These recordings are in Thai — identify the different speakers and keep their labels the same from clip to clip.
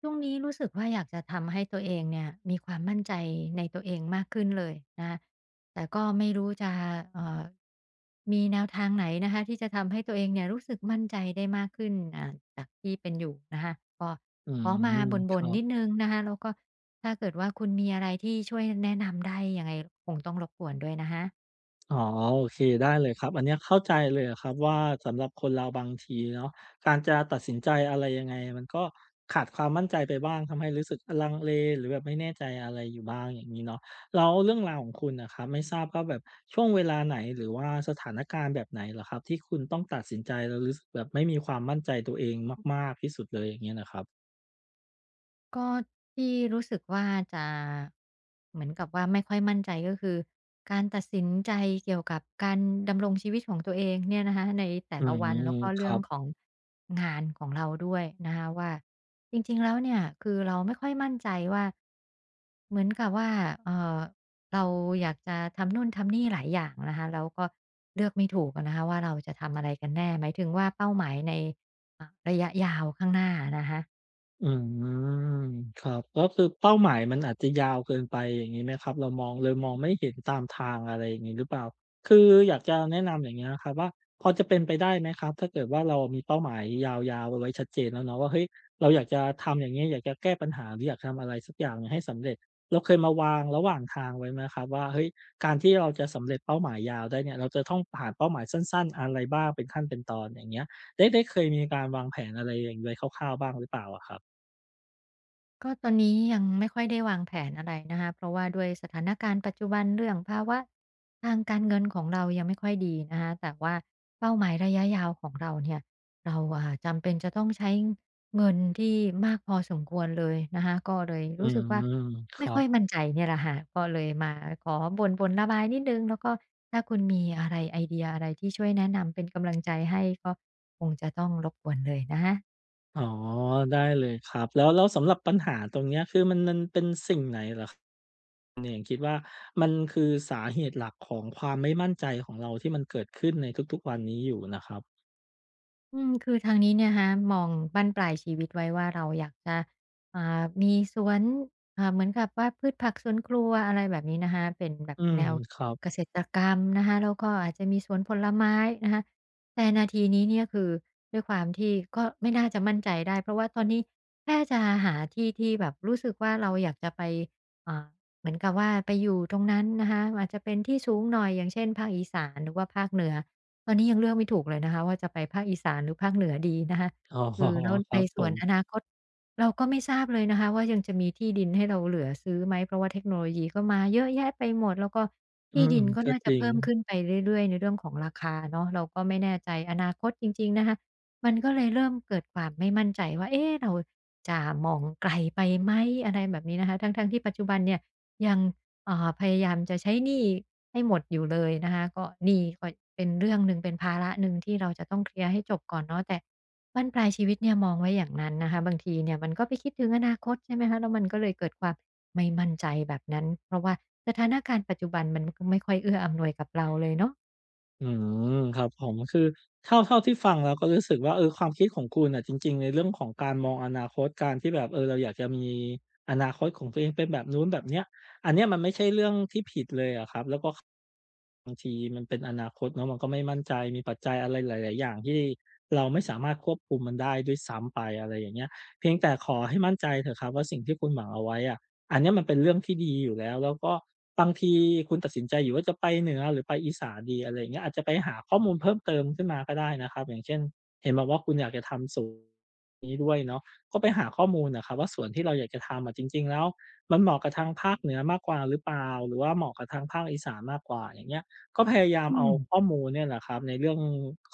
Speaker 1: ช่วงนี้รู้สึกว่าอยากจะทำให้ตัวเองเนี่ยมีความมั่นใจในตัวเองมากขึ้นเลยนะแต่ก็ไม่รู้จะเอ่อมีแนวทางไหนนะคะที่จะทำให้ตัวเองเนี่ยรู้สึกมั่นใจได้มากขึ้นจากที่เป็นอยู่นะคะก็
Speaker 2: อื
Speaker 1: ขอ
Speaker 2: ม
Speaker 1: มา
Speaker 2: ค
Speaker 1: บ่น
Speaker 2: รั
Speaker 1: ๆนิด
Speaker 2: บ
Speaker 1: หนึ่งนะคะแล้วก็ถ้าเกิดว่าคุณมีอะไรที่ช่วยแนะนำได้ยังไงคงต้องรบกวนด้วยนะคะ
Speaker 2: อ๋อโอเคได้เลยครับอันเนี้ยเข้าใจเลยอะครับว่าสำหรับคนเราบางทีเนาะการจะตัดสินใจอะไรยังไงมันก็ขาดความมั่นใจไปบ้างทำให้รู้สึกลังเลหรือแบบไม่แน่ใจอะไรอยู่บ้างอย่างงี้เนาะแล้วเรื่องราวของคุณน่ะครับไม่ทราบว่าแบบช่วงเวลาไหนหรือว่าสถานการณ์แบบไหนเหรอครับที่คุณต้องตัดสินใจแล้วรู้สึกแบบไม่มีความมั่นใจตัวเองมากๆที่สุดเลยอย่างเงี้ยน่ะครับ
Speaker 1: ก็ที่รู้สึกว่าจะเหมือนกับว่าไม่ค่อยมั่นใจก็คือการตัดสินใจเกี่ยวกับการดำรงชีวิตของตัวเองเนี่ยนะคะในแต่
Speaker 2: อื
Speaker 1: ละ
Speaker 2: ม
Speaker 1: วันแล้วก็
Speaker 2: ค
Speaker 1: เรื่
Speaker 2: รั
Speaker 1: อง
Speaker 2: บ
Speaker 1: ของงานของเราด้วยนะคะว่าจริงๆแล้วเนี่ยคือเราไม่ค่อยมั่นใจว่าเหมือนกับว่าเออเราอยากจะทำนู่นทำนี่หลายอย่างนะคะแล้วก็เลือกไม่ถูกอะนะคะว่าเราจะทำอะไรกันแน่หมายถึงว่าเป้าหมายในระยะยาวข้างหน้านะคะ
Speaker 2: อืมครับก็คือเป้าหมายมันอาจจะยาวเกินไปอย่างนี้ไหมครับเรามองเลยมองไม่เห็นตามทางอะไรอย่างงี้หรือเปล่าคืออยากจะแนะนำอย่างเงี้ยครับว่าพอจะเป็นไปได้ไหมครับถ้าเกิดว่าเรามีเป้าหมายยาวๆเอาไว้ชัดเจนแล้วเนาะว่าเฮ้ยเราอยากจะทำอย่างงี้อยากจะแก้ปัญหาหรืออยากทำอะไรสักอย่างหนึ่งให้สำเร็จเราเคยมาวางระหว่างทางไว้ไหมครับว่าเฮ้ยการที่เราจะสำเร็จเป้าหมายยาวได้เนี่ยเราจะต้องผ่านเป้าหมายสั้นๆอะไรบ้างเป็นขั้นเป็นตอนอย่างเงี้ยได้เคยมีการวางแผนอะไรอย่างไว้คร่าวๆบ้างหรือเปล่าอะครับ
Speaker 1: ก็ตอนนี้ยังไม่ค่อยได้วางแผนอะไรนะคะเพราะว่าด้วยสถานการณ์ปัจจุบันเรื่องภาวะทางการเงินของเรายังไม่ค่อยดีนะคะแต่ว่าเป้าหมายระยะยาวของเราเนี่ยเราจำเป็นจะต้องใช้เงินที่มากพอสมควรเลยนะคะก็เลย
Speaker 2: อื
Speaker 1: รู้สึกว่า
Speaker 2: มค
Speaker 1: ไม่
Speaker 2: รั
Speaker 1: ค่
Speaker 2: บ
Speaker 1: อยมั่นใจเนี่ยแหละค่ะก็เลยมาขอบ่นๆระบายนิดนึงแล้วก็ถ้าคุณมีอะไรไอเดียอะไรที่ช่วยแนะนำเป็นกำลังใจให้ก็คงจะต้องรบกวนเลยนะคะ
Speaker 2: อ๋อได้เลยครับแล้วสำหรับปัญหาตรงเนี้ยคือมันเป็นสิ่งไหนเหรอครับมันคือสาเหตุหลักของความไม่มั่นใจของเราที่มันเกิดขึ้นในทุกๆวันนี้อยู่นะครับ
Speaker 1: อืมคือทางนี้เนี่ยฮะะมองบั้นปลายชีวิตไว้ว่าเราอยากจะมีสวนเหมือนกับว่าพืชผักสวนครัวอะไรแบบนี้นะคะเป็นแบบ
Speaker 2: อืม
Speaker 1: แนว
Speaker 2: ครับ
Speaker 1: เกษตรกรรมนะคะแล้วก็อาจจะมีสวนผลไม้นะคะแต่นาทีนี้เนี่ยคือด้วยความที่ก็ไม่น่าจะมั่นใจได้เพราะว่าตอนนี้แค่จะหาที่ที่แบบรู้สึกว่าเราอยากจะไปอ่าเหมือนกับว่าไปอยู่ตรงนั้นนะคะอาจจะเป็นที่สูงหน่อยอย่างเช่นภาคอีสานหรือว่าภาคเหนือ ตอนนี้ยังเลือกไม่ถูกเลยนะคะว่าจะไปภาคอีสานหรือภาคเหนือดีนะคะ
Speaker 2: อ๋อ
Speaker 1: คือแล้ว
Speaker 2: ครั
Speaker 1: ใน
Speaker 2: บผ
Speaker 1: ส่วนอนา
Speaker 2: ม
Speaker 1: คตเราก็ไม่ทราบเลยนะคะว่ายังจะมีที่ดินให้เราเหลือซื้อไหมเพราะว่าเทคโนโลยีก็มาเยอะแยะไปหมดแล้วก็
Speaker 2: อื
Speaker 1: ที่
Speaker 2: ม
Speaker 1: ดินก็
Speaker 2: ก็
Speaker 1: น่า
Speaker 2: จ
Speaker 1: จะ
Speaker 2: ริง
Speaker 1: เพิ่มขึ้นไปเรื่อยๆในเรื่องของราคาเนาะเราก็ไม่แน่ใจอนาคตจริงๆนะคะมันก็เลยเริ่มเกิดความไม่มั่นใจว่าเอ๊ะเราจะมองไกลไปไหมอะไรแบบนี้นะคะทั้งๆที่ปัจจุบันเนี่ยยัง พยายามจะใช้หนี้ให้หมดอยู่เลยนะคะก็หนี้ก็เป็นเรื่องหนึ่งเป็นภาระหนึ่งที่เราจะต้องเคลียร์ให้จบก่อนเนาะแต่บั้นปลายชีวิตเนี่ยมองไว้อย่างนั้นนะคะบางทีเนี่ยมันก็ไปคิดถึงอนาคตใช่ไหมคะแล้วมันก็เลยเกิดความไม่มั่นใจแบบนั้นเพราะว่าสถานการณ์ปัจจุบันมันก็ไม่ค่อยเอื้ออำนวยกับเราเลยเนาะ
Speaker 2: อืมครับผมคือเท่าที่ฟังแล้วก็รู้สึกว่าเออความคิดของคุณน่ะจริงๆในเรื่องของการมองอนาคตการที่แบบเออเราอยากจะมีอนาคตของตัวเองเป็นแบบนู้นแบบเนี้ยอันเนี้ยมันไม่ใช่เรื่องที่ผิดเลยอะครับแล้วก็ บางทีมันเป็นอนาคตเนาะมันก็ไม่มั่นใจมีปัจจัยอะไรหลายๆอย่างที่เราไม่สามารถควบคุมมันได้ด้วยซ้ำไปอะไรอย่างเงี้ยเพียงแต่ขอให้มั่นใจเถอะครับว่าสิ่งที่คุณหวังเอาไว้อะอันเนี้ยมันเป็นเรื่องที่ดีอยู่แล้วแล้วก็บางทีคุณตัดสินใจอยู่ว่าจะไปเหนือหรือไปอีสานดีอะไรอย่างเงี้ยอาจจะไปหาข้อมูลเพิ่มเติมขึ้นมาก็ได้นะครับอย่างเช่นเห็นบอกว่าคุณอยากจะทำสวนนี้ด้วยเนาะก็ไปหาข้อมูลอะครับว่าสวนที่เราอยากจะทำอะจริงๆแล้วมันเหมาะกับทางภาคเหนือมากกว่าหรือเปล่าหรือว่าเหมาะกับทางภาคอีสานมากกว่าอย่างเงี้ย ก็พยายาม
Speaker 1: อื
Speaker 2: เอา
Speaker 1: ม
Speaker 2: ข้อมูลเนี่ยแหละครับในเรื่อง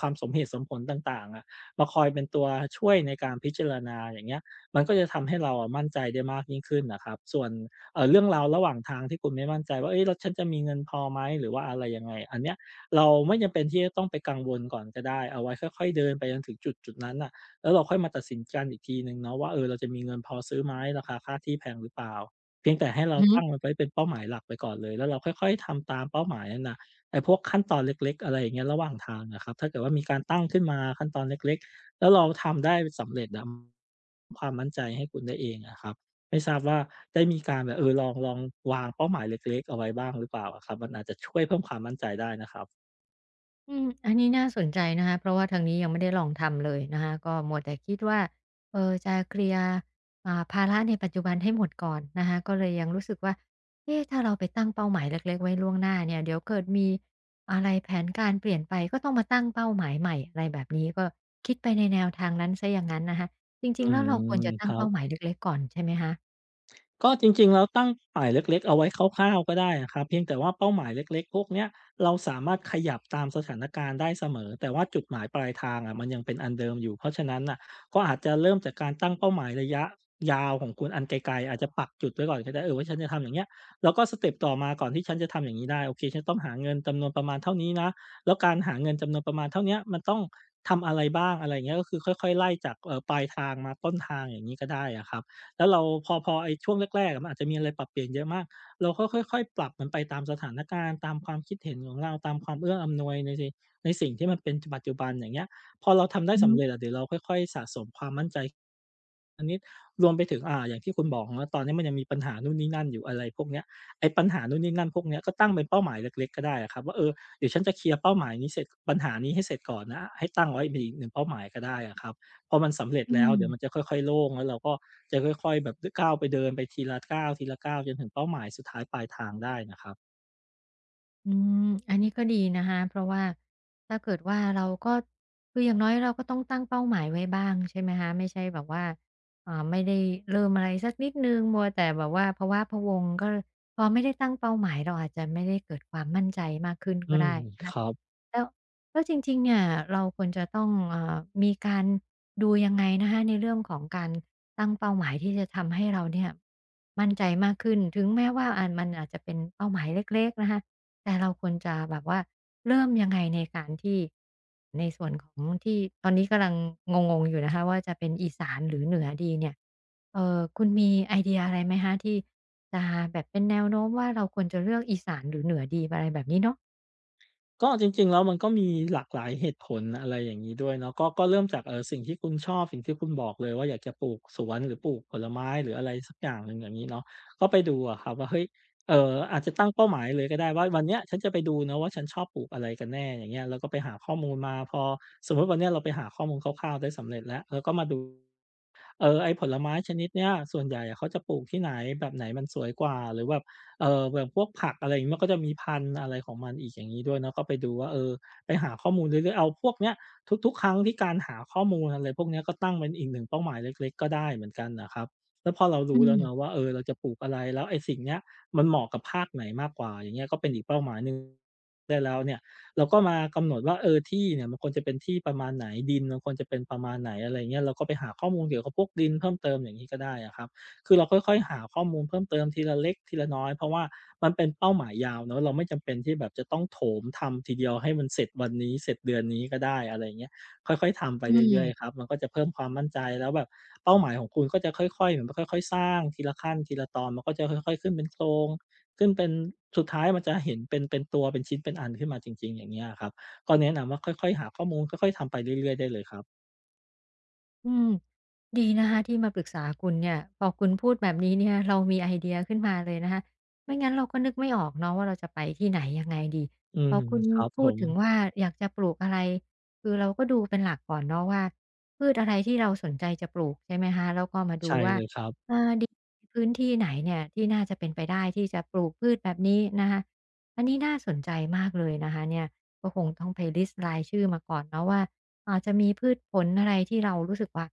Speaker 2: ความสมเหตุสมผลต่างๆอะมาคอยเป็นตัวช่วยในการพิจารณาอย่างเงี้ยมันก็จะทำให้เราอะมั่นใจได้มากยิ่งขึ้นน่ะครับส่วนเรื่องราวระหว่างทางที่คุณไม่มั่นใจว่าเฮ้ยแล้วฉันจะมีเงินพอไหมหรือว่าอะไรยังไงอันเนี้ยเราไม่จำเป็นที่จะต้องไปกังวลก่อนก็ได้เอาไว้ค่อยๆเดินไปจนถึงจุดนั้นน่ะแล้วเราค่อยมาตัดสินกันอีกทีหนึ่งเนาะว่าเออเราจะมีเงินพอซื้อไหมราคาค่าที่แพงหรือเปล่าเพียงแต่ให้เรา
Speaker 1: ฮึ
Speaker 2: ตั้งมันไว้เป็นเป้าหมายหลักไปก่อนเลยแล้วเราค่อยๆทำตามเป้าหมายนั้นน่ะ ไอ้พวกขั้นตอนเล็กๆอะไรอย่างเงี้ยระหว่างทางอะครับถ้าเกิดว่ามีการตั้งขึ้นมาขั้นตอนเล็กๆแล้วเราทำได้สำเร็จอะความมั่นใจให้คุณได้เองอะครับไม่ทราบว่าได้มีการแบบเออลองวางเป้าหมายเล็กๆเอาไว้บ้างหรือเปล่าอะครับมันอาจจะช่วยเพิ่มความมั่นใจได้นะครับ
Speaker 1: อืมอันนี้น่าสนใจนะคะ เพราะว่าทางนี้ยังไม่ได้ลองทำเลยนะคะ ก็มัวแต่คิดว่าเออจะเคลียร์ภาระในปัจจุบันให้หมดก่อนนะคะ ก็เลยยังรู้สึกว่าเอ๊ะถ้าเราไปตั้งเป้าหมายเล็กๆไว้ล่วงหน้าเนี่ยเดี๋ยวเกิดมีอะไรแผนการเปลี่ยนไป ก็ต้องมาตั้งเป้าหมายใหม่อะไรแบบนี้ก็คิดไปในแนวทางนั้นเสียอย่างนั้นนะคะจ
Speaker 2: อื
Speaker 1: ริงๆแล้วเราควร
Speaker 2: ม
Speaker 1: จะ
Speaker 2: ค
Speaker 1: ตั้ง
Speaker 2: รั
Speaker 1: เป้าหมาย
Speaker 2: บ
Speaker 1: เล็กๆก่อนใช่ไหมคะ
Speaker 2: ก็จริงๆแล้วตั้งเป้าหมายเล็กๆเอาไว้คร่าวๆก็ได้อะครับเพียงแต่ว่าเป้าหมายเล็กๆพวกเนี้ยเราสามารถขยับตามสถานการณ์ได้เสมอแต่ว่าจุดหมายปลายทางอะมันยังเป็นอันเดิมอยู่เพราะฉะนั้นน่ะก็อาจจะเริ่มจากการตั้งเป้าหมายระยะยาวของคุณอันไกลๆอาจจะปักจุดไว้ก่อนก็ได้เออว่าฉันจะทำอย่างเงี้ยแล้วก็สเต็ปต่อมาก่อนที่ฉันจะทำอย่างงี้ได้โอเคฉันต้องหาเงินจำนวนประมาณเท่านี้นะแล้วการหาเงินจำนวนประมาณเท่าเนี้ยมันต้องทำอะไรบ้างอะไรอย่างเงี้ยก็คือค่อยๆไล่จากปลายทางมาต้นทางอย่างงี้ก็ได้อะครับ แล้วเราพอไอ้ช่วงแรกๆอะมันอาจจะมีอะไรปรับเปลี่ยนเยอะมากเราก็ค่อยๆปรับมันไปตามสถานการณ์ตามความคิดเห็นของเราตามความเอื้ออำนวยในสิ่งที่มันเป็นจปัจจุบันอย่างเงี้ยพอเราทำได้
Speaker 1: อือ
Speaker 2: สำ
Speaker 1: ฮึ
Speaker 2: เร็จอะเดี๋ยวเราค่อยๆสะสมความมั่นใจอันนี้รวมไปถึงอย่างที่คุณบอกว่าตอนนี้มันยังมีปัญหานู่นนี่นั่นอยู่อะไรพวกเนี้ยไอ้ปัญหานู่นนี่นั่นพวกเนี้ยก็ตั้งเป็นเป้าหมายเล็กๆก็ได้อะครับว่าเออเดี๋ยวฉันจะเคลียร์เป้าหมายนี้เสร็จปัญหานี้ให้เสร็จก่อนนะให้ตั้งไว้เป็นอีกหนึ่งเป้าหมายก็ได้อะครับ พอมันสำเร็จ
Speaker 1: อื
Speaker 2: แล้วเดี๋ยวมันจะ
Speaker 1: ม
Speaker 2: ค่อยๆโล่งแล้วเราก็จะค่อยๆแบบก้าวไปเดินไปทีละก้าวทีละก้าวจนถึงเป้าหมายสุดท้ายปลายทางได้นะครับ
Speaker 1: อืมอันนี้ก็ดีนะคะเพราะว่าถ้าเกิดว่าเราก็คืออย่างน้อยเราก็ต้องตั้งเป้าหมายไว้บ้างใช่ไหมคะไม่ใช่แบบว่าไม่ได้เริ่มอะไรสักนิดนึงมัวแต่แบบว่าพะว้าพะวังก็พอไม่ได้ตั้งเป้าหมายเราอาจจะไม่ได้เกิดความมั่นใจมากขึ้น
Speaker 2: อื
Speaker 1: ก็
Speaker 2: ม
Speaker 1: ได้นะ
Speaker 2: ค
Speaker 1: คะ
Speaker 2: รับ
Speaker 1: แล้วแล้วจริงๆเนี่ยเราควรจะต้องมีการดูยังไงนะคะในเรื่องของการตั้งเป้าหมายที่จะทำให้เราเนี่ยมั่นใจมากขึ้นถึงแม้ว่ามันอาจจะเป็นเป้าหมายเล็กๆนะคะ แต่เราควรจะแบบว่าเริ่มยังไงในการที่ในส่วนของที่ตอนนี้กำลังงงๆอยู่นะคะว่าจะเป็นอีสานหรือเหนือดีเนี่ยคุณมีไอเดียอะไรไหมคะที่จะแบบเป็นแนวโน้มว่าเราควรจะเลือกอีสานหรือเหนือดีอะไรแบบนี้เนาะ
Speaker 2: ก็จริงๆแล้วมันก็มีหลากหลายเหตุผลอะไรอย่างงี้ด้วยเนาะก็เริ่มจากสิ่งที่คุณชอบสิ่งที่คุณบอกเลยว่าอยากจะปลูกสวนหรือปลูกผลไม้หรืออะไรสักอย่างหนึ่งอย่างงี้เนาะก็ไปดูอะครับว่าเฮ้ยอาจจะตั้งเป้าหมายเลยก็ได้ว่าวันเนี้ยฉันจะไปดูนะว่าฉันชอบปลูกอะไรกันแน่อย่างเงี้ยแล้วก็ไปหาข้อมูลมาพอสมมุติวันเนี้ยเราไปหาข้อมูลคร่าวๆได้สำเร็จแล้วเราก็มาดู เออไอ้ผลไม้ชนิดเนี้ยส่วนใหญ่อะเขาจะปลูกที่ไหนแบบไหนมันสวยกว่าหรือแบบแบบพวกผักอะไรอย่างงี้มันก็จะมีพันธุ์อะไรของมันอีกอย่างงี้ด้วยเนาะก็ไปดูว่าเออไปหาข้อมูลเรื่อยๆเอาพวกเนี้ยทุกๆครั้งที่การหาข้อมูลอะไรพวกเนี้ยก็ตั้งเป็นอีกหนึ่งเป้าหมายเล็กๆก็ได้เหมือนกันน่ะครับแล้วพอเรา
Speaker 1: อื
Speaker 2: รู้แล้ว
Speaker 1: ม
Speaker 2: เนาะว่าเออเราจะปลูกอะไรแล้วไอ้สิ่งเนี้ยมันเหมาะกับภาคไหนมากกว่าอย่างเงี้ยก็เป็นอีกเป้าหมายหนึ่งได้แล้วเนี่ย เราก็มากำหนดว่าเออที่เนี่ยมันควรจะเป็นที่ประมาณไหนดินมันควรจะเป็นประมาณไหนอะไรเงี้ยเราก็ไปหาข้อมูลเกี่ยวกับพวกดินเพิ่มเติมอย่างนี้ก็ได้อะครับคือเราค่อยๆหาข้อมูลเพิ่มเติมทีละเล็กทีละน้อยเพราะว่ามันเป็นเป้าหมายยาวเนาะเราไม่จำเป็นที่แบบจะต้องโถมทำทีเดียวให้มันเสร็จวันนี้เสร็จเดือนนี้ก็ได้อะไรเงี้ยค่อยๆทำไป
Speaker 1: อื
Speaker 2: เรื่อยๆครั
Speaker 1: ม
Speaker 2: บมันก็จะเพิ่มความมั่นใจแล้วแบบเป้าหมายของคุณก็จะค่อยๆเหมือนค่อยๆสร้างทีละขั้นทีละตอนมันก็จะค่อยๆขึ้นเป็นโครง ซึ่งเป็นสุดท้ายมันจะเห็นเป็นตัวเป็นชิ้นเป็นอันขึ้นมาจริงๆอย่างเงี้ยอะครับก็แนะนำว่าค่อยๆหาข้อมูลค่อยๆทำไปเรื่อยๆได้เลยครับ
Speaker 1: อืมดีนะคะที่มาปรึกษาคุณเนี่ยพอคุณพูดแบบนี้เนี่ยเรามีไอเดียขึ้นมาเลยนะคะไม่งั้นเราก็นึกไม่ออกเนาะว่าเราจะไปที่ไหนยังไงดี
Speaker 2: อื
Speaker 1: พอ
Speaker 2: ม
Speaker 1: คุณ
Speaker 2: ครับผ
Speaker 1: พูด
Speaker 2: ม
Speaker 1: ถึงว่าอยากจะปลูกอะไรคือเราก็ดูเป็นหลักก่อนเนาะว่าพืชอะไรที่เราสนใจจะปลูกใช่ไหมคะแล้วก็มาดู
Speaker 2: ใช่
Speaker 1: ว่า
Speaker 2: เลยครับ
Speaker 1: ดินพื้นที่ไหนเนี่ยที่น่าจะเป็นไปได้ที่จะปลูกพืชแบบนี้นะคะอันนี้น่าสนใจมากเลยนะคะเนี่ยก็คงต้องไปลิสต์รายชื่อมาก่อนเนาะว่า อาจจะมีพืชผลอะไรที่เรารู้สึกว่า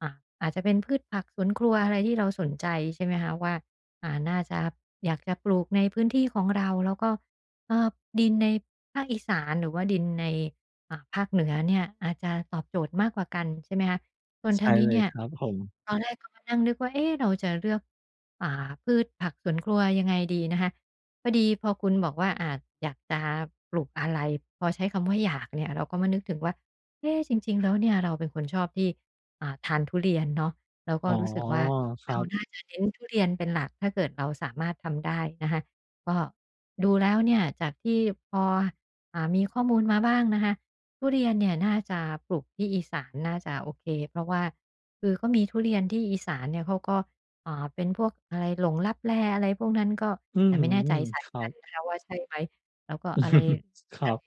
Speaker 1: อ่าอาจจะเป็นพืชผักสวนครัวอะไรที่เราสนใจใช่ไหมคะว่าน่าจะอยากจะปลูกในพื้นที่ของเราแล้วก็เอ่อดินในภาคอีสานหรือว่าดินในภาคเหนือเนี่ยอาจจะตอบโจทย์มากกว่ากันใช่ไหมคะส่วนทา
Speaker 2: ใช่
Speaker 1: งนี้
Speaker 2: เลย
Speaker 1: เนี่ย
Speaker 2: ครับผม
Speaker 1: ตอนแรกก็มานั่งนึกว่าเอ๊ะเราจะเลือกพืชผักสวนครัวยังไงดีนะคะพอดีพอคุณบอกว่าอยากจะปลูกอะไรพอใช้คำว่าอยากเนี่ยเราก็มานึกถึงว่า เอ๊ะจริงๆแล้วเนี่ยเราเป็นคนชอบที่ทานทุเรียนเนาะแล้วก็
Speaker 2: อ๋อ
Speaker 1: รู้สึกว่า
Speaker 2: ครั
Speaker 1: เราน่า
Speaker 2: บ
Speaker 1: จะเน้นทุเรียนเป็นหลักถ้าเกิดเราสามารถทำได้นะคะก็ดูแล้วเนี่ยจากที่พอมีข้อมูลมาบ้างนะคะทุเรียนเนี่ยน่าจะปลูกที่อีสานน่าจะโอเคเพราะว่าคือก็มีทุเรียนที่อีสานเนี่ยเขาก็เป็นพวกอะไรหลงลับแลอะไรพวกนั้นก็
Speaker 2: อื
Speaker 1: แต่ไม่แน่ใจ
Speaker 2: ม
Speaker 1: สา
Speaker 2: ๆค
Speaker 1: ย
Speaker 2: รั
Speaker 1: พั
Speaker 2: บ
Speaker 1: นธุ์นะคะว่าใช่ไหมแล้วก็อะไร
Speaker 2: ครั
Speaker 1: อะ
Speaker 2: บ
Speaker 1: ไร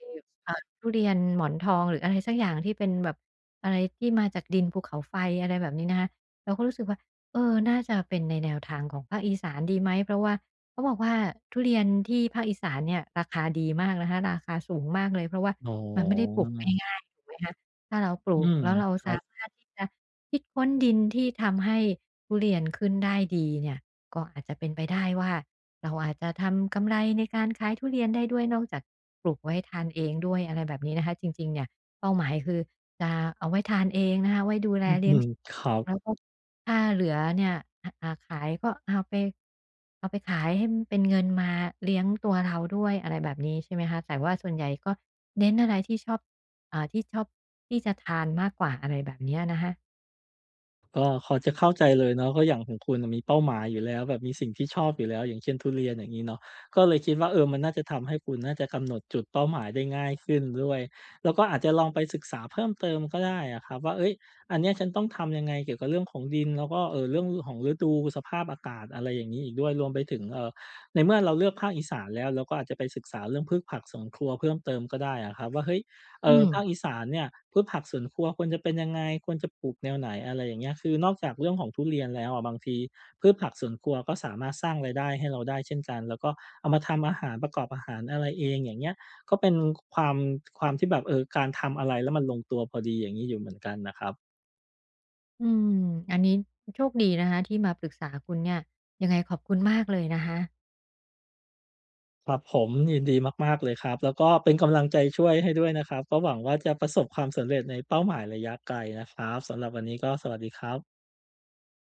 Speaker 1: อ่า ทุเรียนหมอนทองหรืออะไรสักอย่างที่เป็นแบบอะไรที่มาจากดินภูเขาไฟอะไรแบบนี้นะคะเราก็รู้สึกว่าเออน่าจะเป็นในแนวทางของภาคอีสานดีไหมเพราะว่าเขาบอกว่าทุเรียนที่ภาคอีสานเนี่ยราคาดีมากนะคะราคาสูงมากเลยเพราะว่า
Speaker 2: อ๋
Speaker 1: มันไม่ได้ป
Speaker 2: อ
Speaker 1: ลูกง่ายๆถูกไหมคะถ้าเราปลู
Speaker 2: อื
Speaker 1: ก
Speaker 2: ม
Speaker 1: แล้วเรา
Speaker 2: ครั
Speaker 1: สา
Speaker 2: บ
Speaker 1: มารถที่จะคิดค้นดินที่ทำให้ทุเรียนขึ้นได้ดีเนี่ยก็อาจจะเป็นไปได้ว่า เราอาจจะทำกำไรในการขายทุเรียนได้ด้วยนอกจากปลูกไว้ทานเองด้วยอะไรแบบนี้นะคะจริงๆเนี่ยเป้าหมายคือจะเอาไว้ทานเองนะคะไว้ดูแล
Speaker 2: อ
Speaker 1: เลี้ย
Speaker 2: ื
Speaker 1: ง
Speaker 2: อ
Speaker 1: ชีพ
Speaker 2: ครั
Speaker 1: เอง
Speaker 2: บ
Speaker 1: แล้วก็ถ้าเหลือเนี่ยอาอ่าขายก็เอาไปเอาไปขายให้มันเป็นเงินมาเลี้ยงตัวเราด้วยอะไรแบบนี้ใช่ไหมคะแต่ว่าส่วนใหญ่ก็เน้นอะไรที่ชอบที่ชอบที่จะทานมากกว่าอะไรแบบเนี้ยนะคะ
Speaker 2: ก็พอจะเข้าใจเลยเนาะก็อย่างของคุณน่ะมีเป้าหมายอยู่แล้วแบบมีสิ่งที่ชอบอยู่แล้วอย่างเช่นทุเรียนอย่างงี้เนาะก็เลยคิดว่าเออมันน่าจะทำให้คุณน่าจะกำหนดจุดเป้าหมายได้ง่ายขึ้นด้วยแล้วก็อาจจะลองไปศึกษาเพิ่มเติมก็ได้อะครับว่าเฮ้ยอันเนี้ยฉันต้องทำยังไงเกี่ยวกับเรื่องของดินแล้วก็เรื่องของฤดูสภาพอากาศอะไรอย่างงี้อีกด้วยรวมไปถึงในเมื่อเราเลือกภาคอีสานแล้วเราก็อาจจะไปศึกษาเรื่องพืชผักสวนครัวเพิ่มเติมก็ได้อะครับว่าเฮ้ย เอ
Speaker 1: อื
Speaker 2: อ
Speaker 1: ม
Speaker 2: ภาคอีสานเนี่ยพืชผักสวนครัวควรจะเป็นยังไงควรจะปลูกแนวไหนอะไรอย่างเงี้ยคือนอกจากเรื่องของทุเรียนแล้วอะบางทีพืชผักสวนครัวก็สามารถสร้างรายได้ให้เราได้เช่นกันแล้วก็เอามาทำอาหารประกอบอาหารอะไรเองอย่างเงี้ยก็เป็นความความที่แบบเออการทำอะไรแล้วมันลงตัวพอดีอย่างนี้อยู่เหมือนกันนะครับ
Speaker 1: อืมอันนี้โชคดีนะคะที่มาปรึกษาคุณเนี่ยยังไงขอบคุณมากเลยนะคะ
Speaker 2: ครับผมยินดีมากๆเลยครับแล้วก็เป็นกำลังใจช่วยให้ด้วยนะครับก็หวังว่าจะประสบความสำเร็จในเป้าหมายระยะไกลนะครับสำหรับวันนี้ก็สวัสดีครับ